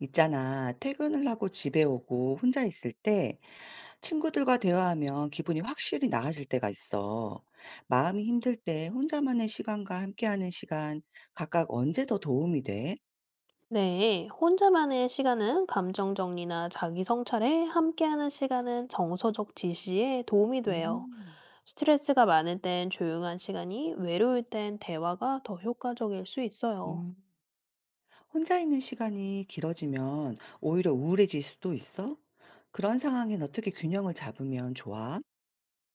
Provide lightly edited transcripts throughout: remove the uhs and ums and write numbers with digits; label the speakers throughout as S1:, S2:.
S1: 있잖아, 퇴근을 하고 집에 오고 혼자 있을 때 친구들과 대화하면 기분이 확실히 나아질 때가 있어. 마음이 힘들 때 혼자만의 시간과 함께하는 시간, 각각 언제 더 도움이 돼?
S2: 네, 혼자만의 시간은 감정 정리나 자기 성찰에, 함께하는 시간은 정서적 지시에 도움이 돼요.
S1: 음,
S2: 스트레스가 많을 땐 조용한 시간이, 외로울 땐 대화가 더 효과적일 수 있어요.
S1: 음, 혼자 있는 시간이 길어지면 오히려 우울해질 수도 있어? 그런 상황엔 어떻게 균형을 잡으면 좋아?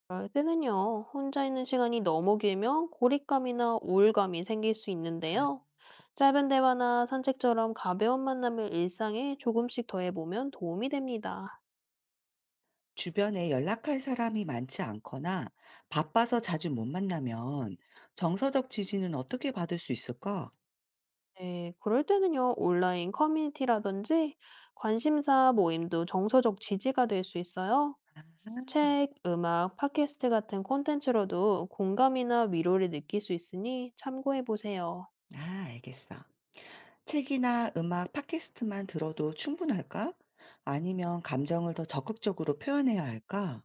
S2: 그럴 때는요, 혼자 있는 시간이 너무 길면 고립감이나 우울감이 생길 수
S1: 아,
S2: 있는데요.
S1: 그렇지.
S2: 짧은 대화나 산책처럼 가벼운 만남을 일상에 조금씩 더해보면 도움이 됩니다.
S1: 주변에 연락할 사람이 많지 않거나 바빠서 자주 못 만나면 정서적 지지는 어떻게 받을 수 있을까?
S2: 네, 그럴 때는요, 온라인 커뮤니티라든지 관심사 모임도 정서적 지지가 될 수 있어요. 책, 음악, 팟캐스트 같은 콘텐츠로도 공감이나 위로를 느낄 수 있으니 참고해 보세요.
S1: 아, 알겠어. 책이나 음악, 팟캐스트만 들어도 충분할까? 아니면 감정을 더 적극적으로 표현해야 할까?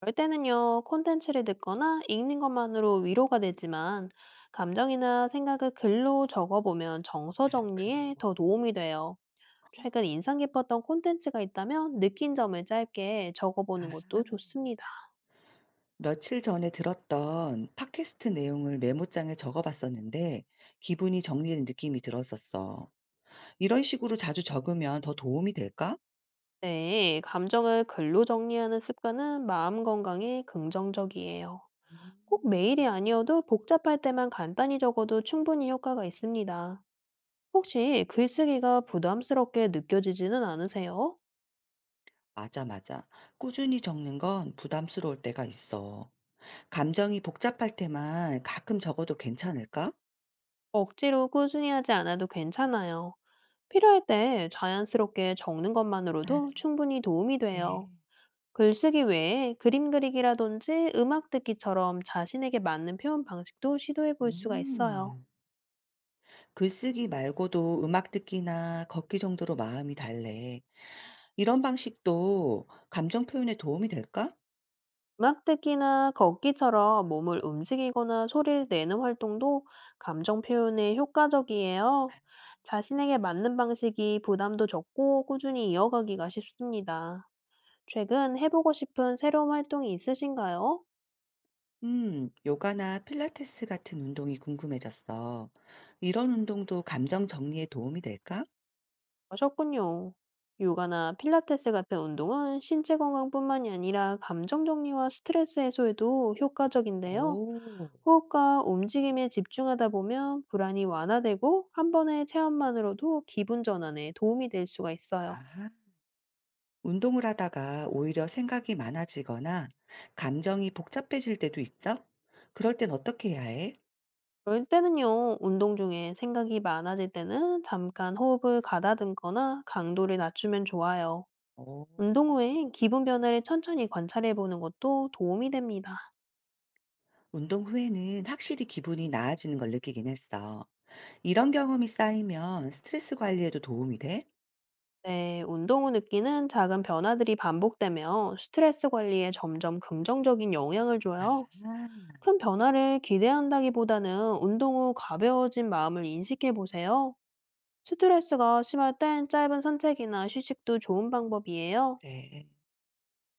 S2: 그럴 때는요, 콘텐츠를 듣거나 읽는 것만으로 위로가 되지만, 감정이나 생각을 글로 적어보면 정서
S1: 아,
S2: 정리에
S1: 글로.
S2: 더 도움이 돼요. 최근 인상 깊었던 콘텐츠가 있다면 느낀 점을 짧게
S1: 아,
S2: 적어보는 것도 좋습니다.
S1: 며칠 전에 들었던 팟캐스트 내용을 메모장에 적어봤었는데 기분이 정리된 느낌이 들었었어. 이런 식으로 자주 적으면 더 도움이 될까?
S2: 네, 감정을 글로 정리하는 습관은 마음 건강에 긍정적이에요. 꼭
S1: 음.
S2: 매일이 아니어도 복잡할 때만 간단히 적어도 충분히 효과가 있습니다. 혹시 글쓰기가 부담스럽게 느껴지지는 않으세요?
S1: 맞아, 맞아. 꾸준히 적는 건 부담스러울 때가 있어. 감정이 복잡할 때만 가끔 적어도 괜찮을까?
S2: 억지로 꾸준히 하지 않아도 괜찮아요. 필요할 때 자연스럽게 적는
S1: 아,
S2: 것만으로도 충분히 도움이
S1: 그래.
S2: 돼요. 글쓰기 외에 그림 그리기라든지 음악 듣기처럼 자신에게 맞는 표현 방식도 시도해 볼 수가 있어요.
S1: 음, 글쓰기 말고도 음악 듣기나 걷기 정도로 마음이 달래. 이런 방식도 감정 표현에 도움이 될까?
S2: 음악 듣기나 걷기처럼 몸을 움직이거나 소리를 내는 활동도 감정 표현에 효과적이에요. 자신에게 맞는 방식이 부담도 적고 꾸준히 이어가기가 쉽습니다. 최근 해보고 싶은 새로운 활동이 있으신가요?
S1: 요가나 필라테스 같은 운동이 궁금해졌어. 이런 운동도 감정 정리에 도움이 될까?
S2: 하셨군요. 요가나 필라테스 같은 운동은 신체 건강뿐만이 아니라 감정 정리와 스트레스 해소에도 효과적인데요.
S1: 오,
S2: 호흡과 움직임에 집중하다 보면 불안이 완화되고 한 번의 체험만으로도 기분 전환에 도움이 될 수가 있어요.
S1: 아. 운동을 하다가 오히려 생각이 많아지거나 감정이 복잡해질 때도 있어? 그럴 땐 어떻게 해야 해?
S2: 그럴 때는요, 운동 중에 생각이 많아질 때는 잠깐 호흡을 가다듬거나 강도를 낮추면 좋아요.
S1: 어,
S2: 운동 후엔 기분 변화를 천천히 관찰해 보는 것도 도움이 됩니다.
S1: 운동 후에는 확실히 기분이 나아지는 걸 느끼긴 했어. 이런 경험이 쌓이면 스트레스 관리에도 도움이 돼?
S2: 네, 운동 후 느끼는 작은 변화들이 반복되며 스트레스 관리에 점점 긍정적인 영향을
S1: 아,
S2: 줘요. 큰 변화를 기대한다기보다는 운동 후 가벼워진 마음을 인식해 보세요. 스트레스가 심할 땐 짧은 산책이나 휴식도 좋은 방법이에요.
S1: 그래.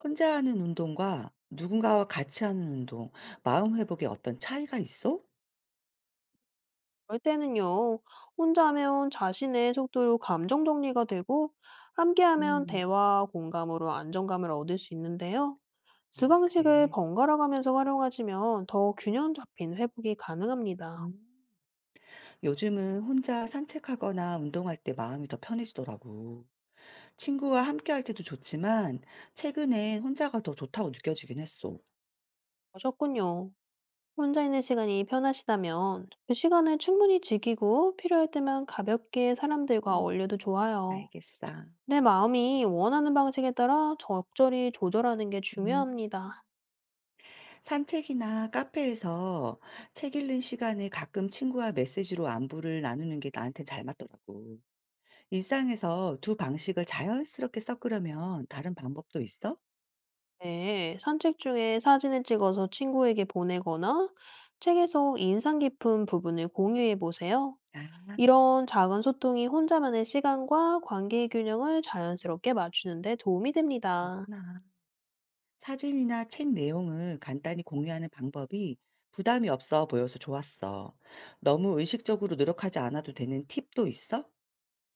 S1: 혼자 하는 운동과 누군가와 같이 하는 운동, 마음 회복에 어떤 차이가 있어?
S2: 그럴 때는요, 혼자 하면 자신의 속도로 감정 정리가 되고, 함께하면
S1: 음,
S2: 대화, 공감으로 안정감을 얻을 수 있는데요. 두
S1: 아,
S2: 방식을
S1: 그래.
S2: 번갈아 가면서 활용하시면 더 균형 잡힌 회복이 가능합니다.
S1: 음, 요즘은 혼자 산책하거나 운동할 때 마음이 더 편해지더라고. 친구와 함께할 때도 좋지만 최근엔 혼자가 더 좋다고 느껴지긴 했어.
S2: 러셨군요. 혼자 있는 시간이 편하시다면 그 시간을 충분히 즐기고 필요할 때만 가볍게 사람들과
S1: 음,
S2: 어울려도 좋아요.
S1: 알겠어.
S2: 내 마음이 원하는 방식에 따라 적절히 조절하는 게
S1: 음.
S2: 중요합니다.
S1: 산책이나 카페에서 책 읽는 시간에 가끔 친구와 메시지로 안부를 나누는 게 나한테 잘 맞더라고. 일상에서 두 방식을 자연스럽게 섞으려면 다른 방법도 있어?
S2: 네, 산책 중에 사진을 찍어서 친구에게 보내거나 책에서 인상 깊은 부분을 공유해 보세요.
S1: 아,
S2: 이런 작은 소통이 혼자만의 시간과 관계의 균형을 자연스럽게 맞추는 데 도움이 됩니다.
S1: 그렇구나. 사진이나 책 내용을 간단히 공유하는 방법이 부담이 없어 보여서 좋았어. 너무 의식적으로 노력하지 않아도 되는 팁도 있어?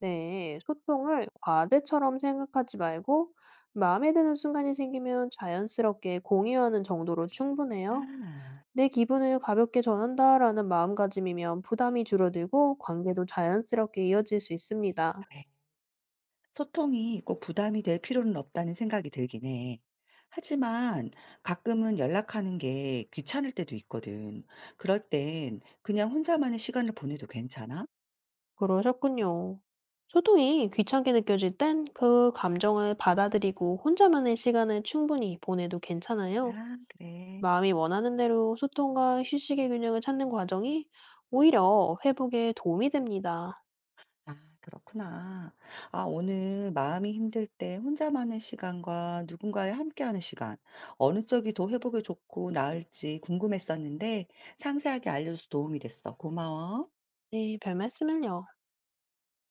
S2: 네, 소통을 과제처럼 생각하지 말고 마음에 드는 순간이 생기면 자연스럽게 공유하는 정도로 충분해요.
S1: 아
S2: 내 기분을 가볍게 전한다라는 마음가짐이면 부담이 줄어들고 관계도 자연스럽게 이어질 수 있습니다.
S1: 그래. 소통이 꼭 부담이 될 필요는 없다는 생각이 들긴 해. 하지만 가끔은 연락하는 게 귀찮을 때도 있거든. 그럴 땐 그냥 혼자만의 시간을 보내도 괜찮아?
S2: 그러셨군요. 소통이 귀찮게 느껴질 땐 그 감정을 받아들이고 혼자만의 시간을 충분히 보내도 괜찮아요.
S1: 아, 그래.
S2: 마음이 원하는 대로 소통과 휴식의 균형을 찾는 과정이 오히려 회복에 도움이 됩니다.
S1: 아, 그렇구나. 아, 오늘 마음이 힘들 때 혼자만의 시간과 누군가와 함께하는 시간, 어느 쪽이 더 회복에 좋고 나을지 궁금했었는데 상세하게 알려줘서 도움이 됐어. 고마워.
S2: 네, 별 말씀을요.